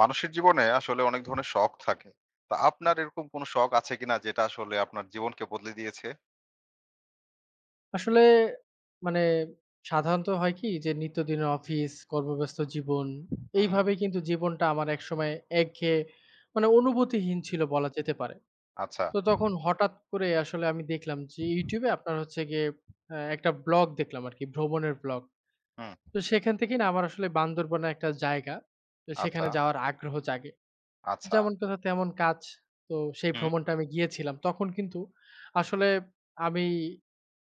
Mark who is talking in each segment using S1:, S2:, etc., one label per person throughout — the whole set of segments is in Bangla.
S1: মানুষের জীবনে আসলে অনেক ধরনের শখ থাকে। তা আপনার এরকম কোনো শখ আছে কিনা যেটা আসলে আপনার জীবনকে বদলে দিয়েছে?
S2: আসলে মানে সাধারণত হয় কি? যে নিত্যদিনের অফিস, কর্মব্যস্ত জীবন,
S1: হুম,
S2: এইভাবেই কিন্তু জীবনটা আমার একসময় একঘেয়ে মানে অনুভূতিহীন ছিল বলা যেতে পারে।
S1: আচ্ছা,
S2: তো তখন হঠাৎ করে আসলে আমি দেখলাম যে YouTube এ আপনার হচ্ছে গিয়ে একটা ব্লগ দেখলাম আরকি, ভ্রমণের ব্লগ।
S1: হুম,
S2: তো সেখান থেকেই না আমার আসলে বান্দরবনে একটা জায়গা, তো
S1: আচ্ছা,
S2: সেখানে যাওয়ার আগ্রহ জাগে।
S1: আচ্ছা,
S2: যেমন কথা তেমন কাজ। তো সেই
S1: হুম,
S2: ভ্রমণটা আমি গিয়েছিলাম। তখন কিন্তু আসলে আমি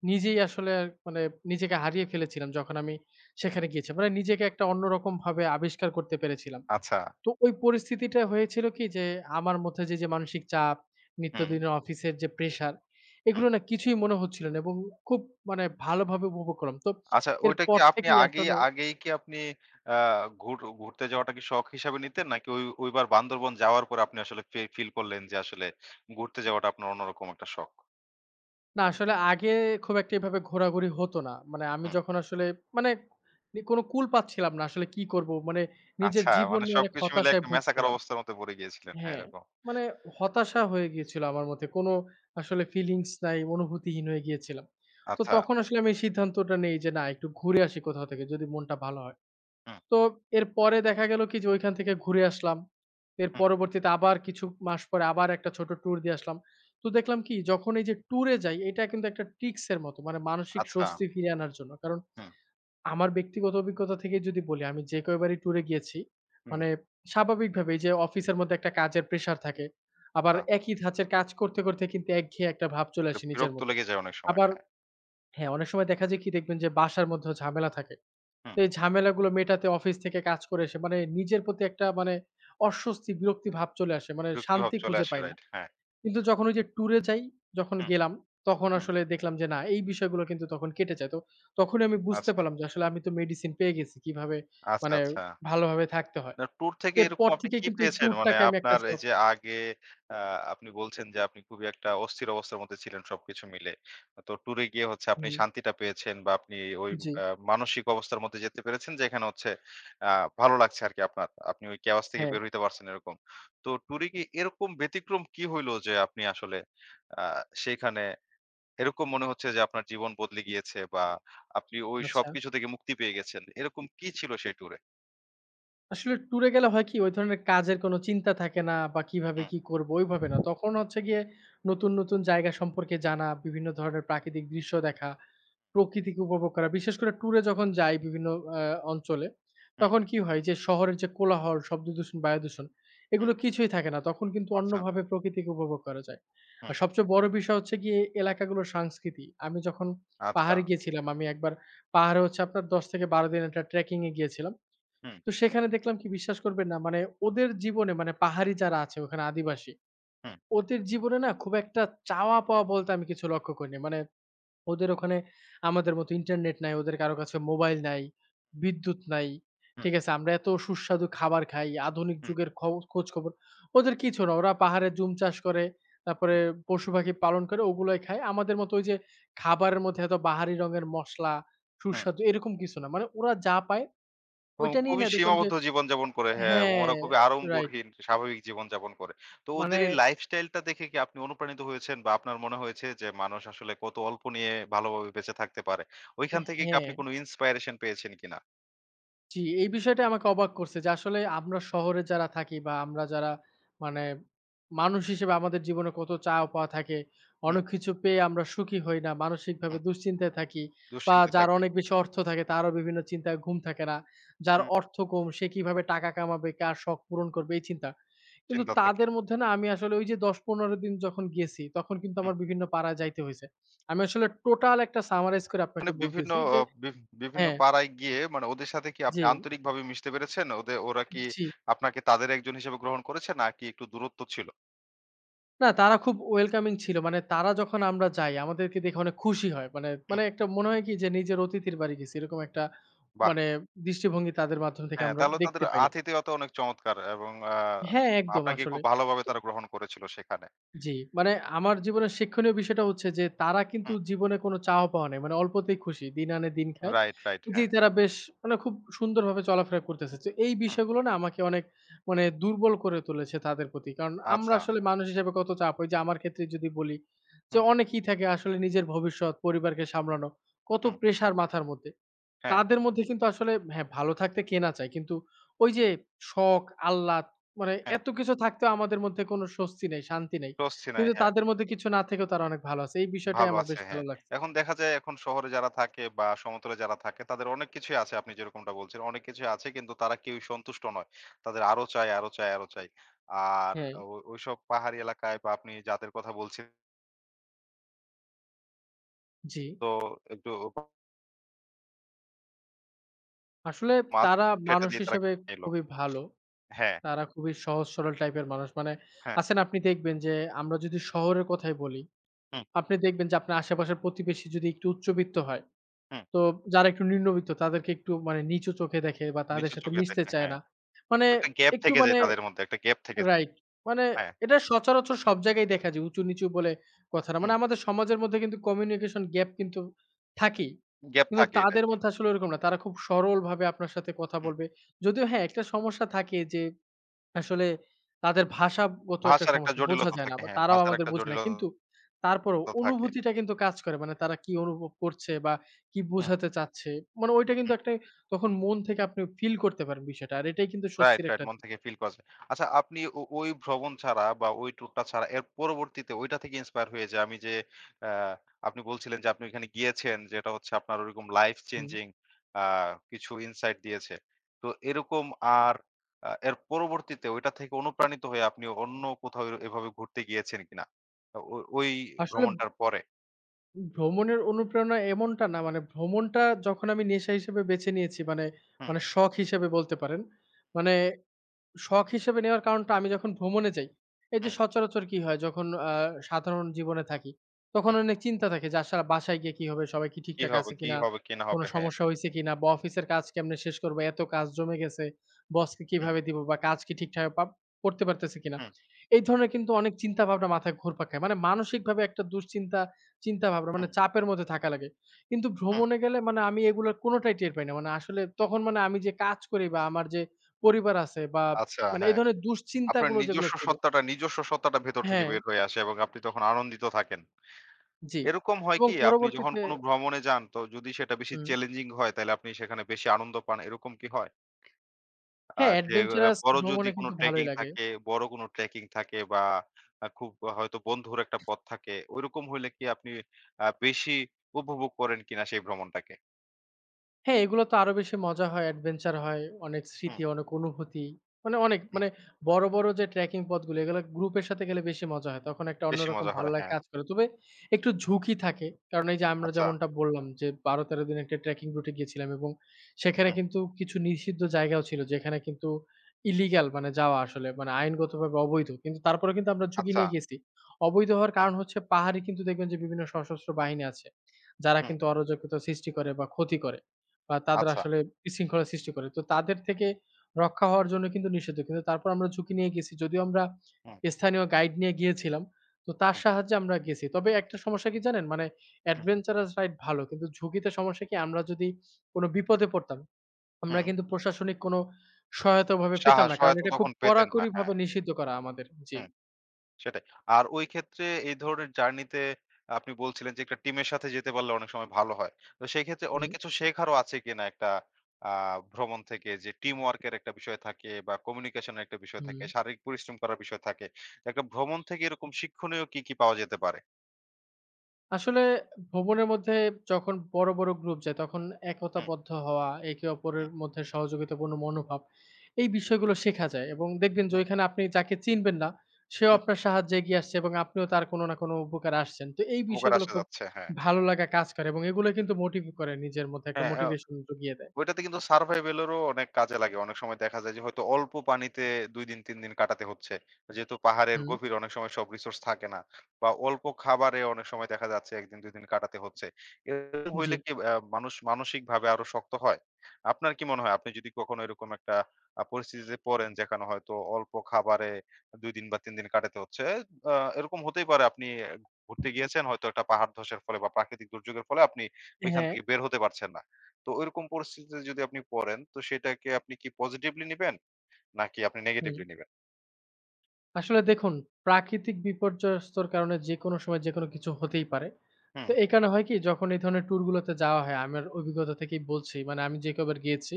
S2: নিজেই আসলে মানে নিজেকে হারিয়ে ফেলেছিলাম যখন আমি সেখানে গিয়েছি। মানে নিজেকে একটা অন্যরকমভাবে আবিষ্কার করতে পেরেছিলাম।
S1: আচ্ছা,
S2: তো ওই পরিস্থিতিটা হয়েছিল কি যে, আমার মধ্যে যে মানসিক চাপ,
S1: হুম,
S2: নিত্যদিনের অফিসের যে, প্রেশার
S1: হুম।
S2: এগুলো না কিছুই মনে হচ্ছিল না এবং খুব মানে ভালোভাবে উপভোগ করলাম। তো
S1: আচ্ছা ওইটা
S2: এরপর
S1: কি আপনি
S2: থেকেই
S1: আগেই
S2: আসলে
S1: আগেই কি আপনি আ ঘুরতে যাওয়াটা কি শখ হিসাবে নিতেন? নাকি ওইবার বান্দরবন যাওয়ার পরে আপনি আসলে ফিল করলেন যে আসলে ঘুরতে যাওয়াটা আপনার অন্যরকম একটা শখ?
S2: না আসলে আগে খুব একটা এভাবে ঘোরাঘুরি হতো না। মানে আমি
S1: হুম,
S2: যখন আসলে মানে কোনো কুল পাচ্ছিলাম না আসলে কি করব? মানে নিজের
S1: আচ্ছা
S2: জীবন
S1: মানে
S2: নিয়ে অনেক
S1: সবকিছু মিলে
S2: হতাশায়
S1: একটা মেসাকার
S2: ভুগছিলাম।
S1: অবস্থার মধ্যে পড়ে গিয়েছিলেন। হ্যাঁ,
S2: হ্যাঁ,
S1: এরকম।
S2: মানে হতাশা হয়ে গিয়েছিল আমার মধ্যে। কোনো আসলে ফিলিংস নাই, অনুভূতিহীন হয়ে গিয়েছিলাম। তো
S1: আচ্ছা,
S2: তখন আসলে আমি এই সিদ্ধান্তটা নেই যে না একটু ঘুরে আসি কোথাও থেকে যদি মনটা ভালো হয়।
S1: হুম,
S2: তো এরপরে দেখা গেল কি যে ওইখান থেকে ঘুরে আসলাম। এর
S1: হুম,
S2: পরবর্তীতে আবার কিছু মাস পরে আবার একটা ছোট ট্যুর দিয়ে আসলাম। তো দেখলাম কি যখন এই যে ট্যুরে যাই এটা কিন্তু একটা ট্রিক্স এর মতো মানে মানসিক
S1: আচ্ছা,
S2: স্বস্তি ফিরিয়ে আনার জন্য। কারণ
S1: হুম,
S2: আমার ব্যক্তিগত অভিজ্ঞতা থেকে যদি বলি, আমি যে কয়বারই ট্যুরে গিয়েছি,
S1: হুম,
S2: মানে স্বাভাবিকভাবে এই যে অফিসের মধ্যে একটা কাজের প্রেশার থাকে। আবার
S1: আ
S2: একই ধাঁচের কাজ করতে, করতে কিন্তু একঘেয়ে একটা ভাব চলে আসে নিজের
S1: বিরক্ত
S2: মধ্যে।
S1: লেগে যায় অনেক সময়।
S2: আবার
S1: হ্যাঁ।
S2: হ্যাঁ, অনেক সময় দেখা যায় কি দেখবেন যে বাসার মধ্যেও ঝামেলা থাকে।
S1: হুম।
S2: তো এই ঝামেলাগুলো মেটাতে অফিস থেকে কাজ করে এসে মানে নিজের প্রতি একটা মানে অস্বস্তি, বিরক্তি ভাব চলে আসে। মানে
S1: বিরক্তিভাব
S2: শান্তি
S1: চলে
S2: খুঁজে
S1: আসে
S2: পাই না।
S1: রাইট। হ্যাঁ।
S2: কিন্তু যখন ওই যে ট্যুরে যাই, যখন
S1: হুম,
S2: গেলাম, তখন
S1: হুম।
S2: আসলে দেখলাম যে না এই বিষয়গুলো কিন্তু তখন কেটে যায়। তো তখনই আমি বুঝতে
S1: আচ্ছা,
S2: পারলাম যে আসলে আমি তো মেডিসিন পেয়ে গেছি। কিভাবে
S1: আচ্ছা,
S2: মানে
S1: আচ্ছা।
S2: ভালোভাবে থাকতে হয়।
S1: না ট্যুর
S2: তো
S1: থেকে এরকম
S2: এরপর
S1: আপনি
S2: থেকে
S1: কি
S2: কিন্তু এই
S1: পেয়েছেন? মানে
S2: ট্যুরটাকে আমি একটা
S1: আপনার এই
S2: শখ
S1: যে আগে আ আপনি বলছেন যে আপনি খুবই একটা অস্থির অবস্থার মধ্যে ছিলেন সবকিছু মিলে। তো ট্যুরে গিয়ে হচ্ছে আপনি
S2: হুম,
S1: শান্তিটা পেয়েছেন বা আপনি ওই
S2: জি,
S1: আ মানসিক অবস্থার মধ্যে যেতে পেরেছেন যেখানে হচ্ছে আ ভালো লাগছে আরকি আপনার। আপনি ওই chaos থেকে
S2: হ্যাঁ,
S1: বের হইতে পারছেন এরকম। তো ট্যুরে গিয়ে এরকম ব্যতিক্রম কি হইলো যে আপনি আসলে আ সেইখানে এরকম মনে হচ্ছে যে আপনার জীবন বদলে গিয়েছে বা আপনি ওই
S2: আচ্ছা।
S1: সবকিছু থেকে মুক্তি পেয়ে গেছেন। এরকম কি ছিল সেই ট্যুরে?
S2: আসলে ট্যুরে গেলে হয় কি? ওই ধরনের কাজের কোনো চিন্তা থাকে না বা কিভাবে
S1: হুম,
S2: কি করব ওইভাবে না। তখন হচ্ছে গিয়ে নতুন, নতুন জায়গা সম্পর্কে জানা, বিভিন্ন ধরনের প্রাকৃতিক দৃশ্য দেখা, প্রকৃতিকে উপভোগ করা। বিশেষ করে ট্যুরে যখন যাই বিভিন্ন আ অঞ্চলে,
S1: হুম,
S2: তখন কি হয় যে শহরের যে কোলাহল, শব্দদূষণ, বায়ুদূষণ
S1: হুম।
S2: এগুলো কিছুই থাকে না। তখন কিন্তু
S1: আচ্ছা,
S2: অন্যভাবে প্রকৃতিকে উপভোগ করা যায়।
S1: হুম,
S2: আর সবচেয়ে বড় বিষয় হচ্ছে গিয়ে এলাকাগুলোর সংস্কৃতি। আমি যখন
S1: আচ্ছা।
S2: পাহাড়ে গিয়েছিলাম, আমি একবার পাহাড়ে হচ্ছে আপনার ১০ থেকে ১২ দিন একটা ট্রেকিং এ গিয়েছিলাম।
S1: হুম,
S2: তো সেখানে দেখলাম কি বিশ্বাস করবেন না মানে ওদের জীবনে মানে পাহাড়ি যারা আছে ওখানে আদিবাসী,
S1: হুম,
S2: ওদের জীবনে না খুব একটা চাওয়া পাওয়া বলতে আমি কিছু লক্ষ্য করিনি। মানে ওদের ওখানে আমাদের মতো ইন্টারনেট নাই, ওদের কারো কাছে মোবাইল নাই, বিদ্যুৎ নাই।
S1: হুম,
S2: ঠিক আছে? আমরা এত সুস্বাদু খাবার খাই, আধুনিক
S1: হুম,
S2: যুগের খব খোঁজখবর। ওদের কিছু না। ওরা পাহাড়ে জুম চাষ করে, তারপরে
S1: হুম,
S2: পশু-পাখি পালন করে ওগুলাই খায়। আমাদের মতো ওই যে খাবারের মধ্যে এত বাহারি রঙের মসলা,
S1: হুম।
S2: সুস্বাদু এরকম কিছু না। মানে ওরা যা পায়
S1: এবং
S2: ওইটা নিয়েই
S1: খুবই
S2: না দেখলাম যে
S1: সীমাবদ্ধ জীবনযাপন করে হ্যাঁ, এবং
S2: হ্যাঁ,
S1: ওরা খুবই
S2: রাইট।
S1: আড়ম্বরহীন স্বাভাবিক জীবনযাপন করে। তো ওদের
S2: মানে
S1: এই লাইফস্টাইলটা দেখে কি আপনি অনুপ্রাণিত হয়েছেন বা আপনার মনে হয়েছে যে মানুষ আসলে কত অল্প নিয়ে ভালোভাবে বেঁচে থাকতে পারে? ওইখান থেকে কি আপনি
S2: হ্যাঁ।
S1: কোনো ইন্সপায়ারেশন পেয়েছেন কিনা?
S2: জি, এই বিষয়টা আমাকে অবাক করছে যে আসলে আমরা শহরে যারা থাকি বা আমরা যারা মানে মানুষ হিসেবে আমাদের জীবনে কত চাওয়া পাওয়া থাকে।
S1: হুম,
S2: অনেক কিছু পেয়ে আমরা সুখী হই না। মানসিকভাবে
S1: হুম।
S2: দুশ্চিন্তায় থাকি বা
S1: দুশ্চিন্তায়
S2: যার
S1: থাকি।
S2: অনেক বেশি অর্থ থাকে তারও বিভিন্ন চিন্তায় ঘুম থাকে না। যার
S1: হুম,
S2: অর্থ কম সে কিভাবে টাকা কামাবে, কার শখ পূরণ করবে এই চিন্তা। কিন্তু
S1: চিন্তা থাকে।
S2: তাদের মধ্যে না আমি আসলে ওই যে ১০-১৫ দিন যখন গেছি তখন কিন্তু
S1: হুম।
S2: আমার বিভিন্ন পাড়ায় যাইতে হইছে। আমি আসলে টোটাল একটা সামারাইজ করে
S1: মানে
S2: আপনাকে
S1: বিভিন্ন
S2: বলতেছি
S1: অ
S2: যে
S1: বিভ বিভিন্ন
S2: হ্যাঁ,
S1: পাড়ায় গিয়ে মানে ওদের সাথে কি আপনি
S2: জি,
S1: আন্তরিকভাবে মিশতে পেরেছেন? ওরা কি
S2: জি।
S1: আপনাকে তাদের একজন হিসেবে গ্রহণ করেছে নাকি একটু দূরত্ব ছিল?
S2: না, তারা খুব ওয়েলকামিং ছিল। মানে তারা যখন আমরা যাই, আমাদেরকে দেখে অনেক খুশি হয়। মানে,
S1: হুম,
S2: মানে একটা মনে হয় কি যে নিজের অতিথির বাড়ি গেছি। এরকম একটা
S1: বাহ!
S2: মানে দৃষ্টিভঙ্গি তাদের মাধ্যম থেকে
S1: হ্যাঁ,
S2: আমরা
S1: তাহলে তাদের
S2: দেখতে পাইলাম।
S1: আতিথেয়তা অনেক চমৎকার এবং
S2: হ্যাঁ, একদম
S1: আপনাকে
S2: আসলে।
S1: খুব ভালোভাবে তারা গ্রহণ করেছিল সেখানে।
S2: জি, মানে আমার জীবনের শিক্ষণীয় বিষয়টা হচ্ছে যে, তারা কিন্তু
S1: হুম,
S2: জীবনে কোনো চাওয়া পাওয়া নাই। মানে অল্পতেই খুশি। দিন আনে দিন খায়।
S1: Right, right.
S2: জি,
S1: হ্যাঁ,
S2: তারা বেশ মানে খুব সুন্দরভাবে চলাফেরা করতেছে। তো এই
S1: হুম,
S2: বিষয়গুলো না আমাকে অনেক দুর্বল করে তুলেছে তাদের প্রতি। কারণ আমরা
S1: আচ্ছা।
S2: আসলে মানুষ হিসেবে কত চাপ ওই যে আমার ক্ষেত্রে যদি বলি যে,
S1: হুম,
S2: অনেকেই থাকে আসলে নিজের ভবিষ্যৎ, পরিবারকে সামলানো, কত
S1: হুম।
S2: প্রেশার মাথার মধ্যে।
S1: হ্যাঁ,
S2: তাদের মধ্যে কিন্তু আসলে হ্যাঁ, ভালো থাকতে কে না চায়? কিন্তু ওই যে শখ, আহ্লাদ মানে
S1: হ্যাঁ।
S2: এত কিছু থাকতেও আমাদের মধ্যে কোনো স্বস্তি নেই, শান্তি নেই।
S1: স্বস্তি নাই,
S2: কিন্তু
S1: হ্যাঁ।
S2: তাদের মধ্যে কিছু না থেকেও তারা অনেক ভালো আছে। এই বিষয়টাই
S1: ভালো
S2: আমার
S1: আছে,
S2: বেশ
S1: হ্যাঁ।
S2: ভালো লাগছে।
S1: এখন দেখা যায় এখন শহরে যারা থাকে বা সমতলে যারা থাকে তাদের অনেক কিছুই আছে আপনি যেরকমটা বলছিলেন। অনেক কিছুই আছে কিন্তু তারা কেউই সন্তুষ্ট নয়। তাদের আরো চাই, আরো চাই, আরো চাই। আর
S2: হ্যাঁ,
S1: ওইসব পাহাড়ি এলাকায় বা আপনি যাদের কথা বলছিলেন
S2: জি।
S1: তো একটু
S2: আসলে
S1: মাছ
S2: তারা
S1: সেটা
S2: মানুষ
S1: দিয়ে তারা
S2: হিসেবে
S1: এলো।
S2: খুবই ভালো।
S1: হ্যাঁ,
S2: তারা খুবই সহজ সরল টাইপের মানুষ। মানে
S1: হ্যাঁ,
S2: আছেন আপনি দেখবেন যে আমরা যদি শহরের কথাই বলি,
S1: হুম,
S2: আপনি দেখবেন যে আপনার আশেপাশের প্রতিবেশী যদি একটু উচ্চবিত্ত হয়
S1: হুম।
S2: তো যারা একটু নিম্নবিত্ত তাদেরকে একটু মানে নিচু চোখে দেখে বা তাদের
S1: নিচু
S2: সাথে
S1: চোখে
S2: মিশতে
S1: দেখে,
S2: চায়
S1: হ্যাঁ।
S2: না। মানে
S1: একটা গ্যাপ
S2: একটু
S1: থেকে যায়
S2: মানে
S1: তাদের মধ্যে, একটা গ্যাপ থেকে যায়।
S2: রাইট। মানে
S1: হ্যাঁ,
S2: এটা সচরাচর সব জায়গায় দেখা যায় উঁচু-নিচু বলে কথা না।
S1: হুম।
S2: মানে আমাদের সমাজের মধ্যে কিন্তু কমিউনিকেশন গ্যাপ কিন্তু থাকেই।
S1: গ্যাপ
S2: কিন্তু
S1: থাকে এটা।
S2: তাদের মধ্যে আসলে ওরকম না। তারা খুব সরলভাবে আপনার সাথে কথা
S1: হুম।
S2: বলবে। যদিও হ্যাঁ, একটা সমস্যা থাকে যে আসলে তাদের ভাষাগত একটা
S1: ভাষার একটা
S2: সমস্যা বোঝা
S1: জটিলতা
S2: যায় না
S1: থাকে,
S2: বা
S1: হ্যাঁ।
S2: তারাও
S1: ভাষার
S2: আমাদের
S1: একটা
S2: বোঝে না।
S1: জটিলতা
S2: কিন্তু তারপরেও
S1: থাকে।
S2: অনুভূতিটা কিন্তু কাজ করে। মানে তারা কি অনুভব করছে বা কি
S1: হুম,
S2: বোঝাতে চাচ্ছে। মানে ওইটা কিন্তু
S1: হুম।
S2: একটা তখন মন থেকে আপনি ফিল করতে পারেন বিষয়টা। আর এটাই কিন্তু
S1: রাইট,
S2: স্বস্তির
S1: রাইট।
S2: একটা
S1: মন
S2: দিক।
S1: থেকে ফিল করা যায়। আচ্ছা আপনি ওই ভ্রমণ ছাড়া বা ওই ট্যুরটা ছাড়া এর পরবর্তীতে ওইটা থেকে ইন্সপায়ার হয়ে যে আমি যে আ আপনি বলছিলেন যে আপনি ওইখানে গিয়েছেন যেটা হচ্ছে আপনার ওরকম লাইফ
S2: হুম।
S1: চেঞ্জিং আ কিছু ইনসাইট দিয়েছে। তো এরকম আর এর পরবর্তীতে ওইটা থেকে অনুপ্রাণিত হয়ে আপনি অন্য কোথাও এর এভাবে ঘুরতে গিয়েছেন কিনা? আ ও ওই
S2: আসলে
S1: ভ্রমণটার পরে?
S2: ভ্রমণের অনুপ্রেরণা এমনটা না মানে ভ্রমণটা যখন আমি নেশা হিসেবে বেছে নিয়েছি মানে,
S1: হুম,
S2: মানে শখ হিসেবে বলতে পারেন। মানে শখ হিসেবে নেওয়ার কারণটা আমি যখন ভ্রমণে যাই, এই যে
S1: হুম,
S2: সচরাচর কি হয় যখন সাধারণ জীবনে থাকি, তখন
S1: হুম।
S2: অনেক চিন্তা থাকে যে আসলে বাসায় গিয়ে কি হবে? সবাই কি
S1: কি
S2: ঠিকঠাক
S1: হবে,
S2: আছে
S1: কি
S2: কিনা?
S1: হবে, কি না
S2: কোনো
S1: হবে? হ্যাঁ।
S2: সমস্যা হইছে কিনা? বা অফিসের কাজ কেমনে শেষ করব? এত কাজ জমে গেছে। বসকে
S1: হুম,
S2: কিভাবে দিব? বা কাজ কি ঠিকঠাক পাব করতে পারতেছি কিনা?
S1: হুম,
S2: এই ধরনের কিন্তু অনেক চিন্তা ভাবনা মাথায় ঘুরপাক খায়। মানে মানসিকভাবে একটা দুশ্চিন্তা, চিন্তা ভাবনা মানে
S1: হুম,
S2: চাপের মধ্যে থাকা লাগে। কিন্তু
S1: হুম।
S2: ভ্রমণে গেলে মানে আমি এগুলোর কোনটাই টের পাই না। মানে আসলে তখন মানে আমি যে কাজ করি বা আমার যে পরিবার আছে বা
S1: আচ্ছা,
S2: মানে এই
S1: হ্যাঁ।
S2: ধরনের
S1: আপনার
S2: দুশ্চিন্তাগুলো যেগুলো
S1: নিজস্ব
S2: ছিল
S1: সত্তাটা নিজস্ব সত্তাটা ভেতর থেকে
S2: হ্যাঁ,
S1: বের হয়ে আসে এবং আপনি তখন আনন্দিত থাকেন।
S2: জি।
S1: এরকম হয়
S2: এবং
S1: কি আপনি যখন
S2: পরবর্তীতে
S1: কোনো ভ্রমণে যান তো যদি সেটা বেশি
S2: হুম,
S1: চ্যালেঞ্জিং হয় তাইলে আপনি সেখানে বেশি আনন্দ পান এরকম কি হয়? আ
S2: হ্যাঁ,
S1: যে আ
S2: অ্যাডভেঞ্চারাস
S1: বড় যদি
S2: ভ্রমণে
S1: কোনো
S2: কিন্তু
S1: ট্রেকিং
S2: ভালোই লাগে।
S1: থাকে বড় কোনো ট্রেকিং থাকে বা খুব হয়তো বন্ধুর একটা পথ থাকে ঐরকম হইলে কি আপনি বেশি উপভোগ করেন কিনা সেই ভ্রমণটাকে?
S2: হ্যাঁ, এগুলো তো আরো বেশি মজা হয়, অ্যাডভেঞ্চার হয়, অনেক
S1: হুম,
S2: স্মৃতি, অনেক অনুভূতি। মানে অনেক
S1: হুম।
S2: মানে বড়, বড় যে ট্রেকিং পথগুলো এগুলো গ্রুপের সাথে গেলে বেশি মজা হয়। তখন একটা
S1: বেশি
S2: অন্যরকম
S1: মজা
S2: ভালো
S1: হয়,
S2: লাগা
S1: হ্যাঁ।
S2: কাজ করে। তবে একটু
S1: হুম,
S2: ঝুঁকি থাকে। কারণ এই যে আমরা
S1: আচ্ছা,
S2: যেমনটা বললাম যে ১২-১৩ দিন একটা ট্রেকিং রুটে গিয়েছিলাম এবং সেখানে
S1: হুম,
S2: কিন্তু কিছু নিষিদ্ধ জায়গাও ছিল যেখানে কিন্তু ইলিগাল মানে যাওয়া আসলে মানে আইনগতভাবে অবৈধ। কিন্তু তারপরেও কিন্তু আমরা ঝুঁকি
S1: আচ্ছা,
S2: নিয়ে গেছি। অবৈধ হওয়ার
S1: হুম,
S2: কারণ হচ্ছে পাহাড়ে কিন্তু দেখবেন যে বিভিন্ন সশস্ত্র বাহিনী আছে। যারা
S1: হুম,
S2: কিন্তু অরাজকতা সৃষ্টি করে বা ক্ষতি করে। বা তাদের
S1: আচ্ছা,
S2: আসলে বিশৃঙ্খলা সৃষ্টি করে। তো তাদের থেকে রক্ষা হওয়ার জন্য কিন্তু নিষিদ্ধ। কিন্তু তারপর আমরা ঝুঁকি নিয়ে গেছি। যদিও আমরা
S1: হুম,
S2: স্থানীয় গাইড নিয়ে গিয়েছিলাম। তো তার
S1: হুম,
S2: সাহায্যে আমরা গেছি। তবে একটা সমস্যা কি জানেন? মানে
S1: হুম,
S2: অ্যাডভেঞ্চারাস রাইড ভালো। কিন্তু ঝুঁকিতে সমস্যা কি? আমরা যদি কোন বিপদে পড়তাম, আমরা
S1: হুম।
S2: কিন্তু প্রশাসনিক কোন সহায়তা ওভাবে
S1: সাহা
S2: পেতাম না। কারণ
S1: সহায়তা
S2: এটা খুব
S1: তখন পেতেন না।
S2: কড়াকড়িভাবে
S1: হ্যাঁ,
S2: নিষিদ্ধ করা আমাদের। জি।
S1: হুম, সেটাই। আর ওই ক্ষেত্রে এই ধরনের জার্নিতে আপনি বলছিলেন যে একটা টিমের সাথে যেতে পারলে অনেক সময় ভালো হয়। তো সেই ক্ষেত্রে
S2: হুম,
S1: অনেক কিছু শেখারও আছে কিনা একটা আ ভ্রমণ থেকে যে টিম ওয়ার্ক এর একটা বিষয় থাকে বা কমিউনিকেশন এর একটা বিষয়
S2: হুম।
S1: থাকে, শারীরিক পরিশ্রম করার বিষয় থাকে। একটা ভ্রমণ থেকে এরকম শিক্ষণীয় কি, কি পাওয়া যেতে পারে?
S2: আসলে ভ্রমণের মধ্যে যখন বড়, বড় গ্রুপ যায় তখন
S1: হুম,
S2: একতাবদ্ধ হওয়া, একে
S1: হুম,
S2: অপরের মধ্যে সহযোগিতাপূর্ণ মনোভাব, এই বিষয়গুলো শেখা যায় এবং দেখবেন যে
S1: হুম,
S2: ওইখানে আপনি যাকে চিনবেন না, সেও
S1: হুম,
S2: আপনার সাহায্যে এগিয়ে আসছে এবং আপনিও তার কোনো না কোনো উপকারে আসছেন। তো এই
S1: উপকার
S2: বিষয়গুলো
S1: আসা
S2: খুব
S1: যাচ্ছে। হ্যাঁ,
S2: ভালো লাগা কাজ করে এবং এগুলো কিন্তু মোটিভ করে নিজের মধ্যে একটা
S1: হ্যাঁ,
S2: মোটিভেশন জুগিয়ে দেয়।
S1: ওইটাতে কিন্তু সারভাইভাল এরও অনেক কাজে লাগে। অনেক সময় দেখা যায় যে হয়তো অল্প পানিতে ২ দিন ৩ দিন কাটাতে হচ্ছে। যেহেতু পাহাড়ের
S2: হুম,
S1: গভীরে অনেক সময় সব রিসোর্স থাকে না। বা অল্প খাবারে অনেক সময় দেখা যাচ্ছে ১ দিন ২ দিন কাটাতে হচ্ছে। এরকম
S2: জি।
S1: হইলে কি মানুষ মানসিকভাবে আরো শক্ত হয়? আপনার কি মনে হয়? আপনি যদি কখনো এরকম একটা পরিস্থিতিতে পড়েন যেখানে হয়তো অল্প খাবারে ২ দিন বা ৩ দিন কাটাতে হচ্ছে। এরকম হতেই পারে আপনি ঘুরতে গিয়েছেন হয়তো একটা পাহাড় ধসের ফলে বা প্রাকৃতিক দুর্যোগের ফলে আপনি ওইখান
S2: হ্যাঁ,
S1: থেকে বের হতে পারছেন না। তো ঐরকম পরিস্থিতিতে যদি আপনি পড়েন, তো সেটাকে আপনি কি পজিটিভলি নিবেন? নাকি আপনি
S2: হুম।
S1: নেগেটিভলি নিবেন?
S2: আসলে দেখুন, প্রাকৃতিক বিপর্যস্তর কারণে যেকোনো সময় যেকোনো কিছু হতেই পারে।
S1: হুম,
S2: তো এই কারণে হয় কি? যখন এই ধরনের ট্যুর গুলোতে যাওয়া হয়, আমার অভিজ্ঞতা থেকেই বলছি। মানে আমি যে কবার গিয়েছি।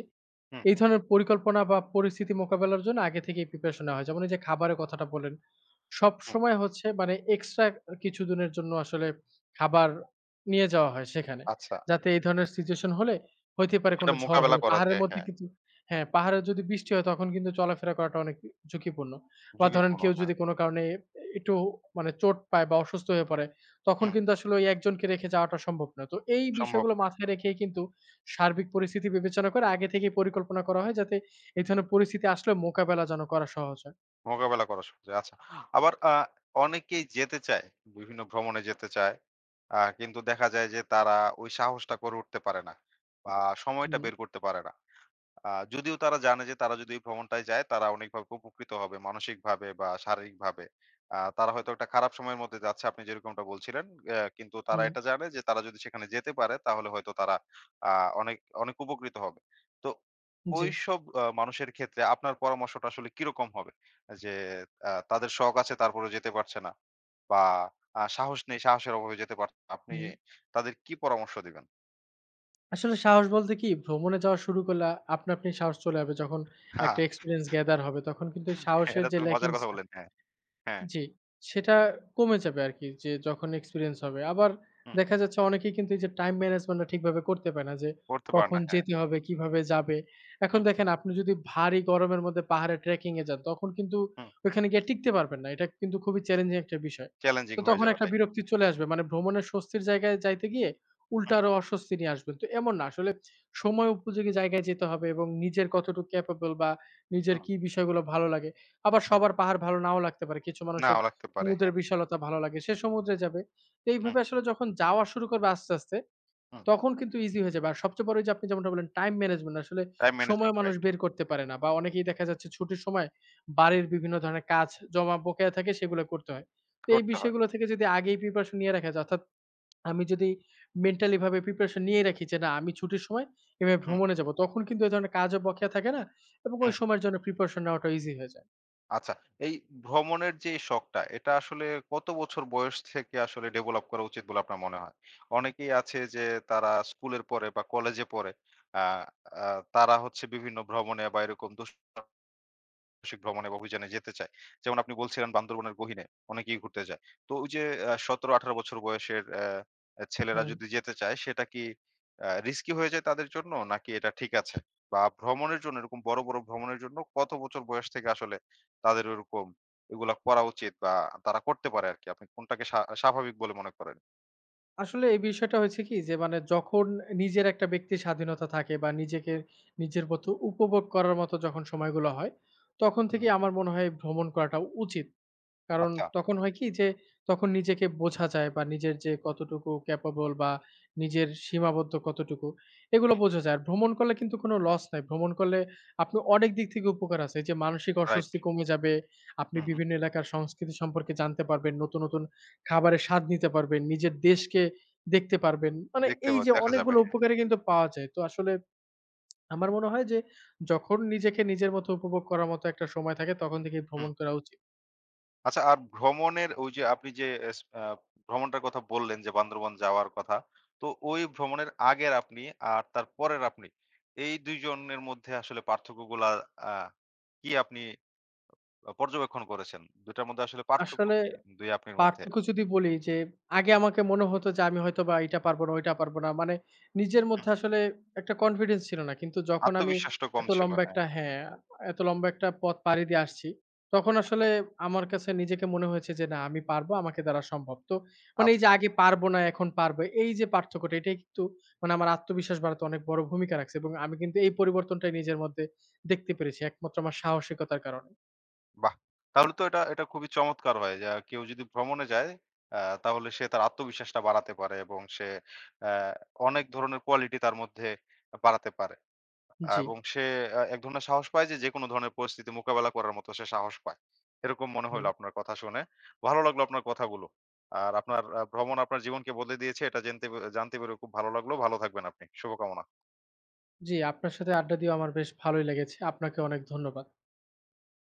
S1: হুম,
S2: এই ধরনের পরিকল্পনা বা পরিস্থিতি মোকাবেলার জন্য আগে থেকেই প্রিপারেশন নেওয়া হয়। যেমন এই যে খাবারের কথাটা বললেন,
S1: হুম।
S2: সবসময় হচ্ছে মানে এক্সট্রা কিছুদিনের জন্য আসলে খাবার নিয়ে যাওয়া হয় সেখানে।
S1: আচ্ছা।
S2: যাতে এই ধরনের সিচুয়েশন হলে হইতে পারে
S1: এটা
S2: কোনো ঝড়
S1: মোকাবেলা
S2: হলে
S1: করা
S2: পাহাড়ের
S1: যায়,
S2: মধ্যে
S1: হ্যাঁ।
S2: কিন্তু হ্যাঁ, পাহাড়ে যদি বৃষ্টি হয় তখন কিন্তু চলাফেরা করাটা অনেক ঝুঁকিপূর্ণ। বা ধরেন
S1: ঝুঁকিপূর্ণ,
S2: কেউ
S1: হ্যাঁ।
S2: যদি কোনো কারণে একটু মানে চোট পায় বা অসুস্থ হয়ে পড়ে, তখন
S1: হুম,
S2: কিন্তু আসলে ওই একজনকে রেখে যাওয়াটা সম্ভব নয়। তো এই
S1: সম্ভব
S2: বিষয়গুলো
S1: না।
S2: মাথায় রেখেই কিন্তু সার্বিক পরিস্থিতি বিবেচনা করে আগে থেকেই পরিকল্পনা করা হয় যাতে এই ধরনের পরিস্থিতি আসলে মোকাবেলা যেন করা সহজ হয়।
S1: মোকাবেলা করা সহজ। আচ্ছা। আবার অনেকেই যেতে চায়, বিভিন্ন ভ্রমণে যেতে চায়। কিন্তু দেখা যায় যে তারা ওই সাহসটা করে উঠতে পারে না বা সময়টা
S2: হুম,
S1: বের করতে পারে না। যদিও তারা জানে যে তারা যদি এই ভ্রমণটায় যায় তারা অনেকভাবে উপকৃত হবে মানসিকভাবে বা শারীরিকভাবে। তারা হয়তো একটা খারাপ সময়ের মধ্যে যাচ্ছে আপনি যেরকমটা বলছিলেন। কিন্তু তারা
S2: হুম,
S1: এটা জানে যে তারা যদি সেখানে যেতে পারে তাহলে হয়তো তারা আ অনেক, অনেক উপকৃত হবে। তো
S2: জি,
S1: ওইসব মানুষের ক্ষেত্রে আপনার পরামর্শটা আসলে কিরকম হবে? যে তাদের শখ আছে তারপরেও যেতে পারছে না বা সাহস নেই, সাহসের অভাবে যেতে পারছে না। আপনি
S2: হুম।
S1: তাদের কি পরামর্শ দিবেন?
S2: আসলে সাহস বলতে কি ভ্রমণে যাওয়া শুরু করলে আপনা আপনি সাহস চলে যাবে। যখন একটা এক্সপেরিয়েন্স গ্যাদার হবে তখন কিন্তু এই সাহসের
S1: এটা
S2: যে
S1: তো মজার
S2: ল্যাকিংস
S1: কথা
S2: টা
S1: বললেন। হ্যাঁ, হ্যাঁ।
S2: জি, সেটা কমে যাবে আরকি যে যখন এক্সপেরিয়েন্স হবে। আবার
S1: হুম।
S2: দেখা যাচ্ছে অনেকেই কিন্তু এই যে টাইম ম্যানেজমেন্টটা ঠিকভাবে করতে পারে না যে
S1: করতে পারে
S2: কখন
S1: না। হ্যাঁ,
S2: যেতে হবে, কিভাবে যাবে। এখন
S1: হুম,
S2: দেখেন আপনি যদি ভারী গরমের মধ্যে পাহাড়ে ট্রেকিং এ যান তখন কিন্তু
S1: হুম।
S2: ওইখানে গিয়ে টিকতে পারবেন না। এটা কিন্তু খুবই চ্যালেঞ্জিং একটা বিষয়।
S1: চ্যালেঞ্জিং
S2: তো
S1: হয়ে
S2: তখন
S1: যাবে।
S2: একটা
S1: রাইট।
S2: বিরক্তি চলে আসবে। মানে ভ্রমণের স্বস্তির জায়গায় যাইতে গিয়ে উল্টা
S1: হুম,
S2: আরো অস্বস্তি নিয়ে আসবেন। তো এমন না আসলে সময় উপযোগী জায়গায় যেতে হবে এবং নিজের কতটুকু ক্যাপেবল বা নিজের
S1: হুম,
S2: কি বিষয়গুলো ভালো লাগে আবার
S1: হুম।
S2: সবার পাহাড় ভালো নাও লাগতে পারে। কিছু মানুষের
S1: নাও লাগতে পারে।
S2: সমুদ্রের
S1: হ্যাঁ,
S2: বিশালতা ভালো লাগে। সে সমুদ্রে যাবে। তো
S1: হুম,
S2: এইভাবে আসলে যখন যাওয়া শুরু করবে আস্তে, আস্তে
S1: হুম।
S2: তখন কিন্তু ইজি হয়ে যাবে। আর সবচেয়ে বড় ওইযে আপনি যেমনটা বললেন টাইম ম্যানেজমেন্ট আসলে
S1: টাইম
S2: সময়
S1: ম্যানেজমেন্ট
S2: মানুষ
S1: রাইট।
S2: বের করতে পারে না। বা অনেকেই দেখা যাচ্ছে ছুটির সময়
S1: হুম,
S2: বাড়ির বিভিন্ন ধরনের কাজ জমা বকেয়া থাকে সেগুলো করতে হয়। তো এই
S1: করতে হয়।
S2: বিষয়গুলো থেকে যদি আগেই প্রিপারেশন নিয়ে রাখা যায় অর্থাৎ আমি যদি মেন্টালি ভাবে প্রিপারেশন নিয়ে রাখি যে না আমি ছুটির সময় এভাবে
S1: হুম,
S2: ভ্রমণে যাবো। তখন কিন্তু এই ধরনের কাজও বকেয়া থাকে না এবং
S1: হুম।
S2: ওই সময়ের জন্য প্রিপারেশন নেওয়াটা ইজি হয়ে যায়।
S1: আচ্ছা এই ভ্রমণের যে শখটা এটা আসলে কত বছর বয়স থেকে আসলে ডেভেলপ করা উচিত বলে আপনার মনে হয়? অনেকেই আছে যে তারা স্কুলের পরে বা কলেজে পড়ে আ আ তারা হচ্ছে বিভিন্ন ভ্রমণে বা এরকম সাহসিক ভ্রমণে বা অভিযানে যেতে চায়। যেমন আপনি বলছিলেন বান্দরবনের গহীনে অনেকেই ঘুরতে যায়। তো ওই যে ১৭-১৮ বছর বয়সের অ্যা অ্যা ছেলেরা
S2: হুম।
S1: যদি যেতে চায় সেটা কি রিস্কি হয়ে যায় তাদের জন্য নাকি এটা ঠিক আছে? বা ভ্রমণের জন্য এরকম বড়, বড় ভ্রমণের জন্য কত বছর বয়স থেকে আসলে তাদের ওরকম এগুলা করা উচিত বা তারা করতে পারে আরকি? আপনি কোনটাকে স্বাভাবিক বলে মনে করেন?
S2: আসলে এই বিষয়টা হয়েছে কি যে মানে যখন নিজের একটা ব্যক্তির স্বাধীনতা থাকে বা নিজেকে নিজের মতো উপভোগ করার মতো যখন সময়গুলো হয়, তখন
S1: হুম,
S2: থেকেই আমার মনে হয় ভ্রমণ করাটা উচিত। কারণ
S1: আচ্ছা।
S2: তখন হয় কি যে, তখন নিজেকে বোঝা যায় বা নিজের যে কতটুকু ক্যাপাবল বা নিজের সীমাবদ্ধ কতটুকু, এগুলো বোঝা যায়। আর ভ্রমণ করলে কিন্তু কোনো লস নাই। ভ্রমণ করলে আপনি অনেক দিক থেকে উপকার আছে। এই যে মানসিক
S1: রাইট।
S2: অস্বস্তি কমে যাবে, আপনি
S1: হুম,
S2: বিভিন্ন এলাকার সংস্কৃতি সম্পর্কে জানতে পারবেন, নতুন, নতুন খাবারের স্বাদ নিতে পারবেন, নিজের দেশকে দেখতে পারবেন। মানে
S1: দেখতে
S2: এই
S1: বা
S2: যে
S1: দেখা যাবে।
S2: অনেকগুলো
S1: হ্যাঁ।
S2: উপকারই কিন্তু পাওয়া যায়। তো আসলে আমার মনে হয় যে, যখন নিজেকে নিজের মতো উপভোগ করার মতো একটা সময় থাকে তখন থেকেই
S1: হুম।
S2: ভ্রমণ করা উচিত।
S1: আচ্ছা আর ভ্রমণের ওই যে আপনি যে এস আ ভ্রমণটার কথা বললেন যে বান্দরবন যাওয়ার কথা। তো ওই ভ্রমণের আগের আপনি আর তারপরের আপনি এই ২ জনের মধ্যে আসলে পার্থক্যগুলা আ কি আপনি পর্যবেক্ষণ করেছেন? ২ টার মধ্যে আসলে পার্থক্য
S2: আসলে
S1: কি ২ আপনার মধ্যে?
S2: পার্থক্য যদি বলি যে, আগে আমাকে মনে হতো যে আমি হয়তোবা এইটা পারবো না, ওইটা পারবো না। মানে নিজের
S1: হুম,
S2: মধ্যে আসলে একটা কনফিডেন্স ছিল না। কিন্তু যখন আমি
S1: আত্মবিশ্বাসটা কম
S2: এত
S1: ছিল,
S2: লম্বা
S1: হ্যাঁ।
S2: একটা হ্যাঁ, এত লম্বা একটা পথ পাড়ি দিয়ে আসছি, তখন আসলে আমার কাছে নিজেকে মনে হয়েছে যে, "না আমি পারবো, আমাকে দ্বারা সম্ভব।" তো মানে এই যে
S1: আচ্ছা,
S2: আগে পারবো না, এখন পারবো। এই যে পার্থক্যটা এটাই কিন্তু মানে আমার আত্মবিশ্বাস বাড়াতে অনেক বড় ভূমিকা রাখছে এবং আমি কিন্তু এই পরিবর্তনটাই নিজের মধ্যে দেখতে পেরেছি একমাত্র আমার সাহসিকতার কারণে।
S1: বাহ! তাহলে তো এটা এটা খুবই চমৎকার হয় যে কেউ যদি ভ্রমণে যায় আ তাহলে সে তার আত্মবিশ্বাসটা বাড়াতে পারে এবং সে অ্যা অনেক ধরনের কোয়ালিটি তার মধ্যে বাড়াতে পারে।
S2: জি,
S1: এবং সে এক ধরনের সাহস পায় যে, যেকোনো ধরনের পরিস্থিতি মোকাবেলা করার মতো সে সাহস পায়। এরকম মনে হইলো
S2: হুম।
S1: আপনার কথা শুনে। ভালো লাগলো আপনার কথাগুলো। আর আপনার ভ্রমণ আপনার জীবনকে বদলে দিয়েছে এটা জানতে পেরে খুব ভালো লাগলো। ভালো থাকবেন আপনি। শুভকামনা।
S2: জি, আপনার সাথে আড্ডা দিয়েও আমার বেশ ভালোই লেগেছে। আপনাকে অনেক ধন্যবাদ।